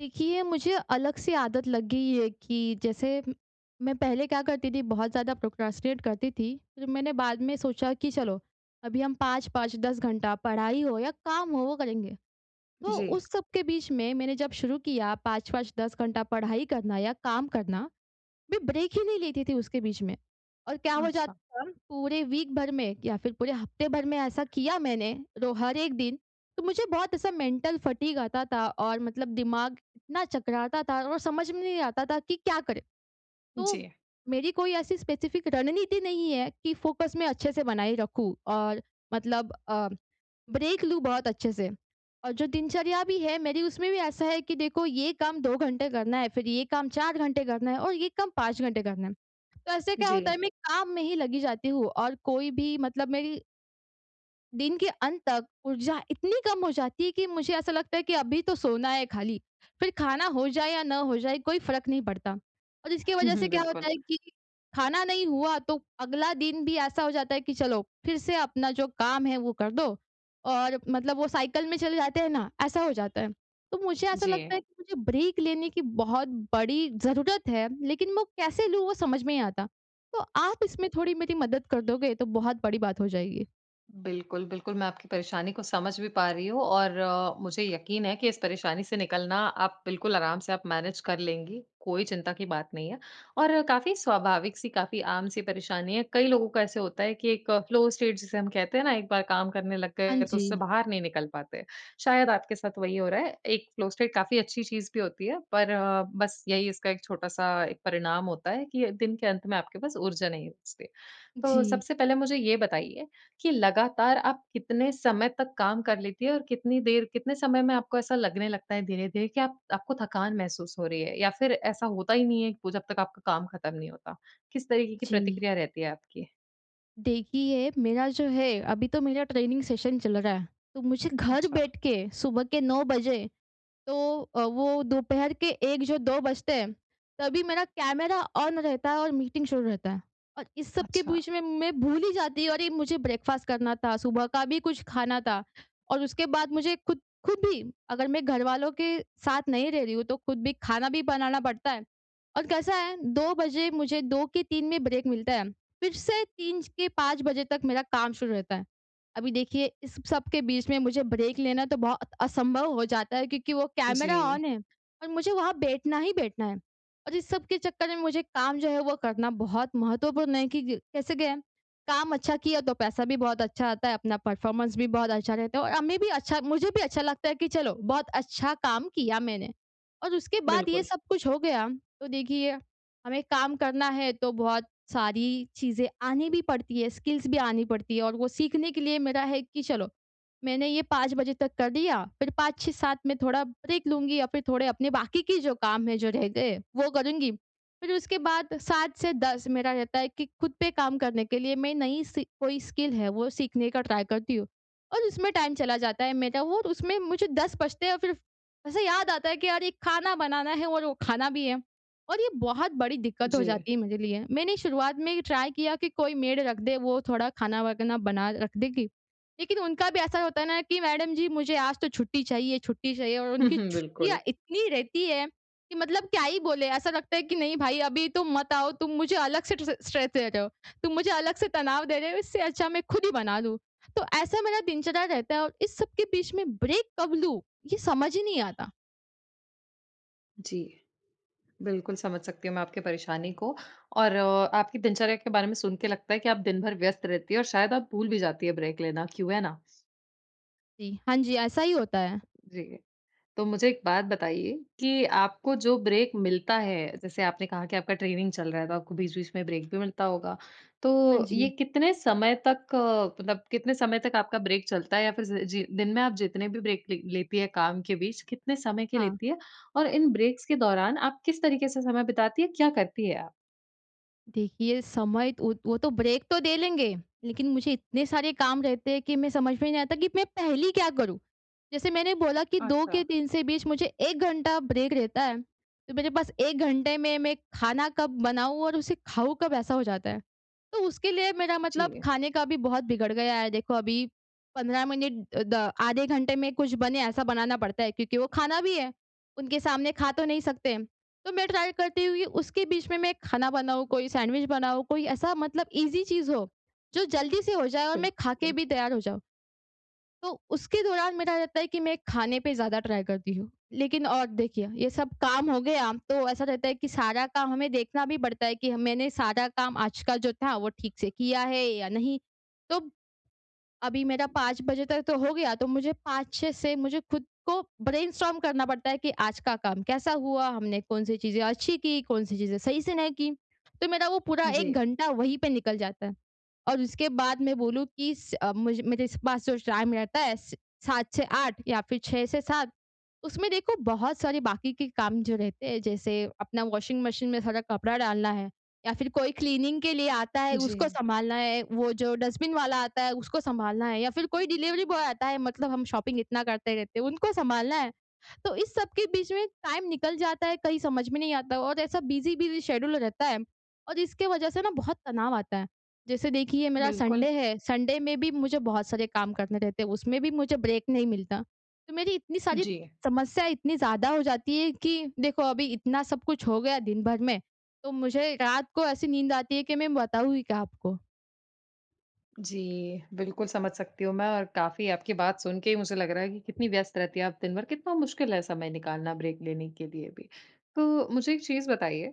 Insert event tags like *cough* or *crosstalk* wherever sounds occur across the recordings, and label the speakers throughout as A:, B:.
A: देखिए, मुझे अलग से आदत लग गई है कि जैसे मैं पहले क्या करती थी, बहुत ज़्यादा प्रोक्रास्टिनेट करती थी। फिर मैंने बाद में सोचा कि चलो, अभी हम 5-5, 10 घंटा पढ़ाई हो या काम हो, वो करेंगे। तो
B: जी।
A: उस सब के बीच में मैंने जब शुरू किया 5-5, 10 घंटा पढ़ाई करना या काम करना, मैं ब्रेक ही नहीं लेती थी उसके बीच में। और क्या हो
B: अच्छा,
A: जाता था पूरे वीक भर में या फिर पूरे हफ्ते भर में ऐसा किया मैंने, रो हर एक दिन। तो मुझे बहुत ऐसा मेंटल फटीग आता था और मतलब दिमाग इतना चकराता था और समझ में नहीं आता था कि क्या करें। तो
B: जी।
A: मेरी कोई ऐसी स्पेसिफिक रणनीति नहीं है कि फोकस मैं अच्छे से बनाए रखूँ और मतलब ब्रेक लूँ बहुत अच्छे से। और जो दिनचर्या भी है मेरी, उसमें भी ऐसा है कि देखो ये काम 2 घंटे करना है, फिर ये काम 4 घंटे करना है और ये काम 5 घंटे करना है। तो ऐसे
B: *laughs*
A: क्या
B: जी।
A: होता है, मैं काम में ही लगी जाती हूँ और कोई भी मतलब मेरी दिन के अंत तक ऊर्जा इतनी कम हो जाती है कि मुझे ऐसा लगता है कि अभी तो सोना है खाली। फिर खाना हो जाए या ना हो जाए, कोई फ़र्क नहीं पड़ता। और इसकी
B: हुँ,
A: वज़ह
B: हुँ,
A: से क्या
B: बिल्कुल,
A: होता है कि खाना नहीं हुआ तो अगला दिन भी ऐसा हो जाता है कि चलो फिर से अपना जो काम है वो कर दो। और मतलब वो साइकिल में चले जाते हैं ना, ऐसा हो जाता है। तो मुझे ऐसा
B: जी।
A: लगता है कि मुझे ब्रेक लेने की बहुत बड़ी ज़रूरत है, लेकिन वो कैसे लूँ वो समझ में नहीं आता। तो आप इसमें थोड़ी मेरी मदद कर दोगे तो बहुत बड़ी बात हो जाएगी।
B: बिल्कुल, बिल्कुल, मैं आपकी परेशानी को समझ भी पा रही हूँ और मुझे यकीन है कि इस परेशानी से निकलना आप बिल्कुल आराम से आप मैनेज कर लेंगी, कोई चिंता की बात नहीं है और काफ़ी स्वाभाविक-सी, काफ़ी आम-सी परेशानी है। कई लोगों का ऐसे होता है कि एक फ़्लो स्टेट जिसे हम कहते हैं ना, एक बार काम करने लग
A: हाँ
B: गए तो
A: जी।
B: उससे बाहर नहीं निकल पाते। शायद आपके साथ वही हो रहा है। एक फ़्लो स्टेट काफ़ी अच्छी चीज़ भी होती है, पर बस यही इसका एक छोटा-सा एक परिणाम होता है कि दिन के अंत में आपके पास ऊर्जा नहीं बचती। तो
A: जी,
B: सबसे पहले मुझे ये बताइए कि लगातार आप कितने समय तक काम कर लेती है और कितनी देर कितने समय में आपको ऐसा लगने लगता है धीरे-धीरे कि आप आपको थकान महसूस हो रही है या फिर ऐसा होता ही नहीं है वो जब तक आपका काम खत्म नहीं होता? किस तरीके की
A: जी।
B: प्रतिक्रिया रहती है आपकी?
A: देखिए, मेरा जो है अभी तो मेरा ट्रेनिंग सेशन चल रहा है, तो मुझे घर
B: अच्छा,
A: बैठ के सुबह के 9 बजे तो वो दोपहर के 1 जो 2 बजते हैं, तभी मेरा कैमरा ऑन रहता है और मीटिंग शुरू रहता है। और इस सब के
B: अच्छा।
A: बीच में मैं भूल ही जाती हूँ, अरे! मुझे ब्रेकफ़ास्ट करना था, सुबह का भी कुछ खाना था। और उसके बाद मुझे खुद खुद भी, अगर मैं घरवालों के साथ नहीं रह रही हूँ, तो खुद भी खाना भी बनाना पड़ता है। और कैसा है, 2 बजे मुझे 2 के 3 में ब्रेक मिलता है, फिर से 3 के 5 बजे तक मेरा काम शुरू रहता है। अभी देखिए, इस सब के बीच में मुझे ब्रेक लेना तो बहुत असंभव हो जाता है, क्योंकि वो कैमरा
B: जी,
A: ऑन है और मुझे वहाँ बैठना ही बैठना है। और इस सब के चक्कर में मुझे काम जो है वो करना बहुत महत्वपूर्ण है कि कैसे गए। काम अच्छा किया तो पैसा भी बहुत अच्छा आता है, अपना परफॉर्मेंस भी बहुत अच्छा रहता है और हमें भी अच्छा, मुझे भी अच्छा लगता है कि चलो बहुत अच्छा काम किया मैंने। और उसके बाद ये
B: बिल्कुल।
A: सब कुछ हो गया, तो देखिए, हमें काम करना है तो बहुत सारी चीज़ें आनी भी पड़ती है, स्किल्स भी आनी पड़ती है और वो सीखने के लिए मेरा है कि चलो, मैंने ये 5 बजे तक कर लिया, फिर 5-6-7 में थोड़ा ब्रेक लूँगी या फिर थोड़े अपने बाकी के जो काम है जो रह गए, वो करूँगी। फिर उसके बाद 7 से 10 मेरा रहता है कि खुद पे काम करने के लिए मैं नई सी कोई स्किल है वो सीखने का ट्राई करती हूँ। और उसमें टाइम चला जाता है मेरा, वो और उसमें मुझे 10 बजते हैं और फिर ऐसे याद आता है कि यार, ये खाना बनाना है और वो खाना भी है। और ये बहुत बड़ी दिक्कत हो
B: जी।
A: जाती है मेरे लिए। मैंने शुरुआत में ट्राई किया कि कोई मेड रख दे, वो थोड़ा खाना-वाना बना रख देगी। लेकिन उनका भी ऐसा होता है ना कि मैडम जी, मुझे आज तो छुट्टी चाहिए, छुट्टी चाहिए, और
B: *laughs* हुँ,
A: उनकी
B: हुँ, बिल्कुल।
A: छुट्टियाँ इतनी रहती है कि मतलब क्या ही बोले। ऐसा लगता है कि नहीं भाई, अभी तुम मत आओ, तुम मुझे अलग से ट्र स्ट्रेस दे रहे हो, तुम मुझे अलग से तनाव दे रहे हो, इससे अच्छा मैं खुद ही बना लूँ। तो ऐसा मेरा दिनचर्या रहता है और इस सब के बीच में ब्रेक कब लूँ? ये समझ ही नहीं आता।
B: जी, बिल्कुल समझ सकती हूँ मैं आपकी परेशानी को और आपकी दिनचर्या के बारे में सुन के लगता है कि आप दिन भर व्यस्त रहती है और शायद आप भूल भी जाती है ब्रेक लेना, क्यों, है ना?
A: जी, हाँ जी, ऐसा ही होता है।
B: जी। तो मुझे एक बात बताइए कि आपको जो ब्रेक मिलता है, जैसे आपने कहा कि आपका ट्रेनिंग चल रहा है तो आपको बीच-बीच में ब्रेक भी मिलता होगा। तो
A: हाँ
B: ये
A: जी,
B: कितने समय तक मतलब कितने समय तक आपका ब्रेक चलता है या फिर ज जी दिन में आप जितने भी ब्रेक ले लेती है काम के बीच, कितने समय के
A: हाँ।
B: लेती है? और इन ब्रेक्स के दौरान आप किस तरीके से समय बिताती है, क्या करती है आप?
A: देखिए, समय वो तो ब्रेक तो दे लेंगे, लेकिन मुझे इतने सारे काम रहते हैं कि मैं समझ में नहीं आता कि मैं पहली क्या करूँ? जैसे मैंने बोला कि 2
B: अच्छा,
A: के 3 से बीच मुझे 1 घंटा ब्रेक रहता है, तो मेरे पास 1 घंटे में मैं खाना कब बनाऊँ और उसे खाऊँ कब, ऐसा हो जाता है। तो उसके लिए मेरा मतलब
B: जी,
A: खाने का भी बहुत बिगड़ गया है। देखो, अभी 15 मिनट अ, द आधे घंटे में कुछ बने, ऐसा बनाना पड़ता है, क्योंकि वो खाना भी है। उनके सामने खा तो नहीं सकते। तो मैं ट्राई करती हूँ कि उसके बीच में मैं खाना बनाऊँ, कोई सैंडविच बनाऊँ, कोई ऐसा मतलब ईज़ी चीज़ हो, जो जल्दी से हो जाए और मैं खा के
B: बिल्कुल।
A: भी तैयार हो जाऊँ। तो उसके दौरान मेरा रहता है कि मैं खाने पे ज़्यादा ट्राई करती हूँ। लेकिन और देखिए, ये सब काम हो गया तो ऐसा रहता है कि सारा काम हमें देखना भी पड़ता है कि मैंने सारा काम आज का जो था वो ठीक से किया है या नहीं। तो अभी मेरा 5 बजे तक तो हो गया, तो मुझे 5-6 से मुझे खुद को ब्रेनस्टॉर्म करना पड़ता है कि आज का काम कैसा हुआ, हमने कौन-सी चीज़ें अच्छी की, कौन-सी चीज़ें सही से नहीं की। तो मेरा वो पूरा
B: जी,
A: 1 घंटा वहीं पे निकल जाता है। और उसके बाद मैं बोलूँ कि मुझे मेरे स पास जो टाइम रहता है, स 7 से 8 या फिर 6 से 7, उसमें देखो बहुत सारे बाकी के काम जो रहते हैं, जैसे अपना वॉशिंग मशीन में सारा कपड़ा डालना है या फिर कोई क्लीनिंग के लिए आता है
B: जी,
A: उसको सँभालना है, वो जो डस्टबिन वाला आता है उसको सँभालना है या फिर कोई डिलीवरी बॉय आता है, मतलब हम शॉपिंग इतना करते रहते हैं, उनको सँभालना है। तो इस सब के बीच में टाइम निकल जाता है, कहीं समझ में नहीं आता और ऐसा बिज़ी-बिज़ी शेड्यूल रहता है और इसके वजह से ना बहुत तनाव आता है। जैसे देखिए, मेरा
B: बिल्कुल,
A: संडे है, संडे में भी मुझे बहुत सारे काम करने रहते हैं, उसमें भी मुझे ब्रेक नहीं मिलता। तो मेरी इतनी सारी
B: जी।
A: समस्या इतनी ज़्यादा हो जाती है कि देखो, अभी इतना सब कुछ हो गया दिन भर में, तो मुझे रात को ऐसी नींद आती है कि मैं बताऊँ ही क्या आपको।
B: जी, बिल्कुल समझ सकती हूँ मैं और काफ़ी आपकी बात सुन के ही मुझे लग रहा है कि कितनी व्यस्त रहती हैं आप दिन भर, कितना मुश्किल है समय निकालना ब्रेक लेने के लिए भी। तो मुझे एक चीज़ बताइए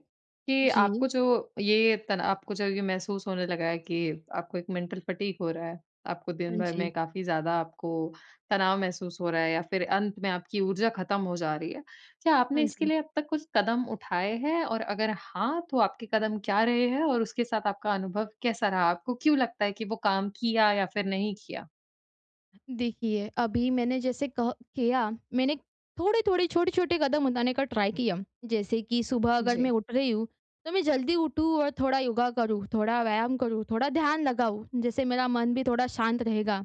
B: कि
A: जी।
B: आपको जब ये महसूस होने लगा है कि आपको एक मेंटल फटीग हो रहा है, आपको दिन
A: हाँ
B: भर में
A: जी।
B: काफ़ी ज़्यादा आपको तनाव महसूस हो रहा है या फिर अंत में आपकी ऊर्जा खत्म हो जा रही है, क्या आपने
A: हाँ
B: इसके
A: जी।
B: लिए अब तक कुछ कदम उठाए हैं और अगर हाँ, तो आपके कदम क्या रहे हैं और उसके साथ आपका अनुभव कैसा रहा? आपको क्यों लगता है कि वो काम किया या फिर नहीं किया?
A: देखिए, अभी मैंने जैसे कह किया, मैंने थोड़े-थोड़े, छोटे-छोटे कदम उठाने का ट्राई किया। जैसे कि सुबह अगर
B: जी,
A: मैं उठ रही हूँ, तो मैं जल्दी उठूँ और थोड़ा योगा करूँ, थोड़ा व्यायाम करूँ, थोड़ा ध्यान लगाऊँ, जिससे मेरा मन भी थोड़ा शांत रहेगा।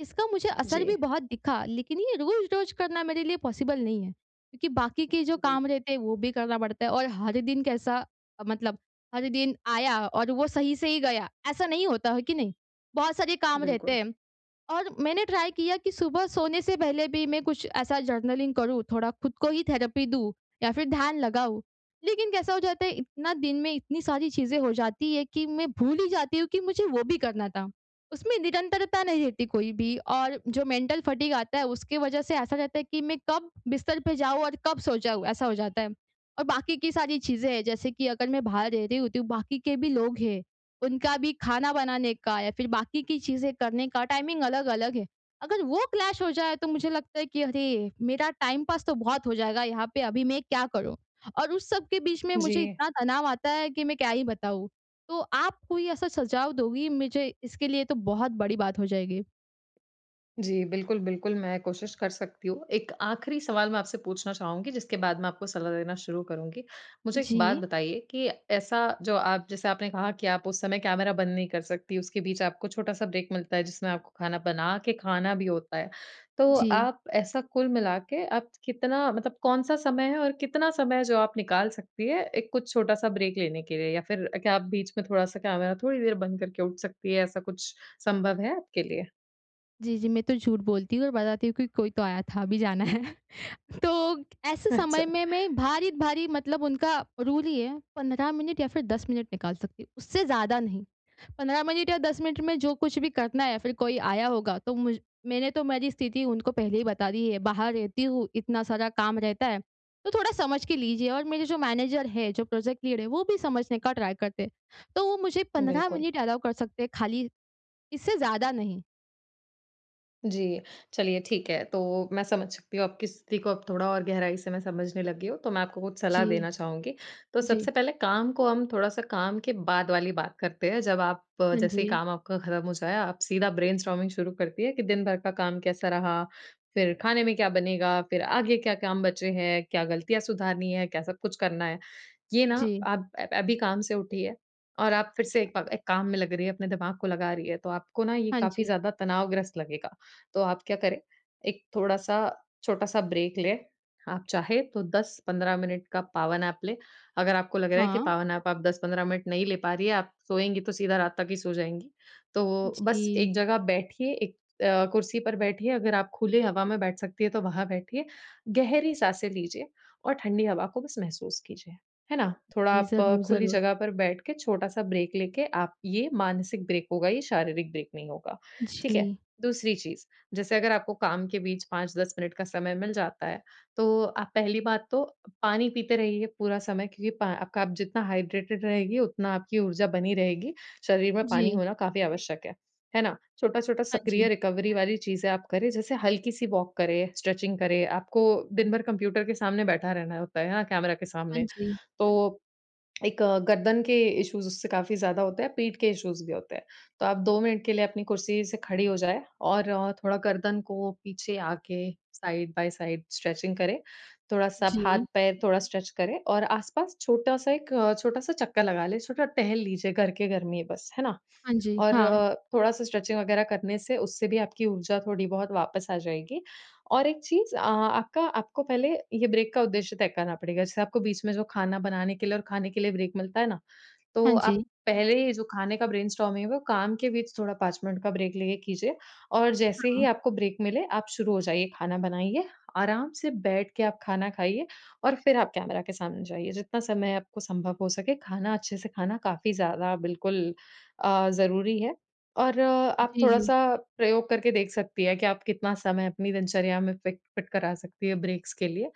A: इसका मुझे असर
B: जी।
A: भी बहुत दिखा, लेकिन ये रोज़-रोज़ करना मेरे लिए पॉसिबल नहीं है, क्योंकि बाकी के जो काम
B: बिल्कुल,
A: रहते हैं, वो भी करना पड़ता है और हर दिन कैसा मतलब हर दिन आया और वो सही से ही गया, ऐसा नहीं होता, है कि नहीं? बहुत सारे काम रहते
B: बिल्कुल।
A: हैं। और मैंने ट्राई किया कि सुबह सोने से पहले भी मैं कुछ ऐसा जर्नलिंग करूँ, थोड़ा खुद को ही थेरेपी दूँ या फिर ध्यान लगाऊँ। लेकिन कैसा हो जाता है, इतना दिन में इतनी सारी चीज़ें हो जाती है कि मैं भूल ही जाती हूँ कि मुझे वो भी करना था। उसमें निरंतरता नहीं रहती कोई भी, और जो मेंटल फटीग आता है उसकी वजह से ऐसा रहता है कि मैं कब बिस्तर पे जाऊँ और कब सो जाऊँ, ऐसा हो जाता है। और बाकी की सारी चीज़ें हैं, जैसे कि अगर मैं बाहर रह रही होती हूँ, बाकी के भी लोग हैं। उनका भी खाना बनाने का या फिर बाकी की चीज़ें करने का टाइमिंग अलग-अलग है। अगर वो क्लैश हो जाए तो मुझे लगता है कि अरे! मेरा टाइम पास तो बहुत हो जाएगा, यहाँ पे अभी मैं क्या करूँ? और उस सब के बीच में
B: जी।
A: मुझे इतना तनाव आता है कि मैं क्या ही बताऊँ? तो आप कोई ऐसा सुझाव दोगी मुझे इसके लिए तो बहुत बड़ी बात हो जाएगी।
B: जी, बिल्कुल, बिल्कुल, मैं कोशिश कर सकती हूँ। एक आखिरी सवाल मैं आपसे पूछना चाहूँगी, जिसके बाद मैं आपको सलाह देना शुरू करूँगी। मुझे एक बात
A: जी,
B: बताइए कि ऐसा जो आप जैसे आपने कहा कि आप उस समय कैमरा बंद नहीं कर सकती, उसके बीच आपको छोटा-सा ब्रेक मिलता है, जिसमें आपको खाना बना के खाना भी होता है। तो
A: जी।
B: आप ऐसा कुल मिला के आप कितना मतलब कौन-सा समय है और कितना समय जो आप निकाल सकती हैं, एक कुछ छोटा-सा ब्रेक लेने के लिए? या फिर क्या आप बीच में थोड़ा-सा कैमरा थोड़ी देर बंद करके उठ सकती हैं, ऐसा कुछ संभव है आपके लिए?
A: जी, जी, मैं तो झूठ बोलती हूँ और बताती हूँ कि कोई तो आया था, अभी जाना है। तो ऐसे
B: *laughs* अच्छा।
A: समय में मैं भारी-भारी, मतलब उनका रूल ही है, 15 मिनट या फिर 10 मिनट निकाल सकती हूँ, उससे ज़्यादा नहीं। 15 मिनट या 10 मिनट में जो कुछ भी करना है, या फिर कोई आया होगा तो मुझ मैंने तो मेरी स्थिति उनको पहले ही बता दी है, बाहर रहती हूँ, इतना सारा काम रहता है। तो थोड़ा समझ के लीजिए। और मेरे जो मैनेजर है, जो प्रोजेक्ट लीड है, वो भी समझने का ट्राई करते हैं। तो वो मुझे 15
B: बिल्कुल,
A: मिनट अलाउ कर सकते हैं खाली, इससे ज़्यादा नहीं।
B: जी। चलिए ठीक है, तो मैं समझ सकती हूँ आपकी स्थिति को अब थोड़ा और गहराई से मैं समझने लगी हूँ, तो मैं आपको कुछ सलाह
A: जी,
B: देना चाहूँगी। तो
A: जी।
B: सबसे पहले काम को हम थोड़ा-सा काम के बाद वाली बात करते हैं, जब आप
A: हाँ
B: जैसे ही
A: जी,
B: काम आपका खत्म हो जाए, आप सीधा ब्रेनस्टॉर्मिंग शुरू करती है कि दिन भर का काम कैसा रहा, फिर खाने में क्या बनेगा, फिर आगे क्या काम बचे हैं, क्या गलतियाँ सुधारनी है, क्या सब कुछ करना है। ये ना
A: जी।
B: आप अभी काम से उठी है और आप फिर से एक काम में लग रही है, अपने दिमाग को लगा रही है, तो आपको ना ये
A: हाँ
B: काफ़ी
A: जी।
B: ज़्यादा तनावग्रस्त लगेगा। तो आप क्या करें, एक थोड़ा-सा छोटा-सा ब्रेक लें। आप चाहे तो 10-15 मिनट का पावर नैप लें। अगर आपको लग रहा है कि
A: हाँ,
B: पावर नैप आप 10-15 मिनट नहीं ले पा रही हैं, आप सोएँगी तो सीधा रात तक ही सो जाएँगी। तो बस
A: जी।
B: एक जगह बैठिए, कुर्सी पर बैठिए, अगर आप खुली हवा में बैठ सकती हैं तो वहाँ बैठिए। गहरी साँसें लीजिए और ठंडी हवा को बस महसूस कीजिए। है ना? थोड़ा
A: जी,
B: आप
A: ज़रूर,
B: खुली
A: ज़रूर।
B: जगह पर बैठ के छोटा-सा ब्रेक लेके आप ये मानसिक ब्रेक होगा, ये शारीरिक ब्रेक नहीं होगा, ठीक है?
A: जी,
B: दूसरी चीज़, जैसे अगर आपको काम के बीच 5-10 मिनट का समय मिल जाता है, तो आप पहली बात तो पानी पीते रहिए पूरा समय क्योंकि पा आपका आप जितना हाइड्रेटेड रहेगी, उतना आपकी ऊर्जा बनी रहेगी। शरीर में
A: जी।
B: पानी होना काफ़ी आवश्यक है ना? छोटा-छोटा
A: हाँ
B: सक्रिय
A: जी,
B: रिकवरी वाली चीज़ें आप करें, जैसे हल्की-सी वॉक करें, स्ट्रेचिंग करें। आपको दिन भर कंप्यूटर के सामने बैठा रहना होता है ना? कैमरा के
A: हाँ
B: सामने।
A: जी,
B: तो एक गर्दन के इश्यूज़ उससे काफ़ी ज़्यादा होते हैं, पीठ के इश्यूज़ भी होते हैं। तो आप 2 मिनट के लिए अपनी कुर्सी से खड़ी हो जाएँ और थोड़ा गर्दन को पीछे आके साइड बाय साइड स्ट्रेचिंग करें। थोड़ा-सा आप
A: जी,
B: हाथ-पैर थोड़ा स्ट्रेच करें और आस-पास छोटा-सा छोटा-सा चक्कर लगा लें, छोटा टहल लीजिए घर के घर में ही बस, है ना?
A: हाँ जी,
B: और
A: हाँ,
B: थोड़ा-सा स्ट्रेचिंग वगैरह करने से उससे भी आपकी ऊर्जा थोड़ी बहुत वापस आ जाएगी। और एक चीज़ आपका आपको पहले ये ब्रेक का उद्देश्य तय करना पड़ेगा। जैसे आपको बीच में जो खाना बनाने के लिए और खाने के लिए ब्रेक मिलता है ना, तो
A: हाँ
B: आप
A: जी,
B: पहले ही जो खाने का ब्रेनस्टॉर्मिंग है, वो काम के बीच थोड़ा 5 मिनट का ब्रेक लेके कीजिए और जैसे ही
A: हाँ।
B: आपको ब्रेक मिले, आप शुरू हो जाइए, खाना बनाइए, आराम से बैठ के आप खाना खाइए और फिर आप कैमरा के सामने जाइए। जितना समय आपको संभव हो सके, खाना अच्छे से खाना काफ़ी ज़्यादा बिल्कुल ज़रूरी है और आप
A: जी, जी।
B: थोड़ा-सा प्रयोग करके देख सकती हैं कि आप कितना समय अपनी दिनचर्या में फ़िट फ़िट करा सकती हैं ब्रेक्स के लिए।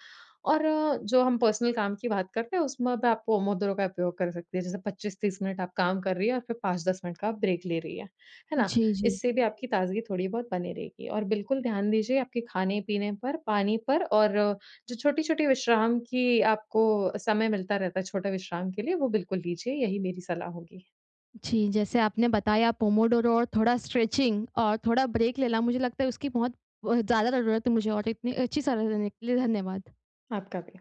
B: और जो हम पर्सनल काम की बात करते हैं, उसमें भी आप पोमोदोरो का उपयोग कर सकती हैं। जैसे 25-30 मिनट आप काम कर रही हैं और फिर 5-10 मिनट का आप ब्रेक ले रही हैं, है ना?
A: जी, जी।
B: इससे भी आपकी ताज़गी थोड़ी बहुत बनी रहेगी और बिल्कुल ध्यान दीजिए आपके खाने-पीने पर, पानी पर और जो छोटी-छोटी विश्राम की आपको समय मिलता रहता है छोटे विश्राम के लिए, वो बिल्कुल लीजिए। यही मेरी सलाह होगी।
A: जी, जैसे आपने बताया पोमोडोरो और थोड़ा स्ट्रेचिंग और थोड़ा ब्रेक लेना, मुझे लगता है उसकी बहुत ज़्यादा ज़रूरत है मुझे, और इतनी अच्छी सलाह देने के लिए धन्यवाद।
B: आपका भी।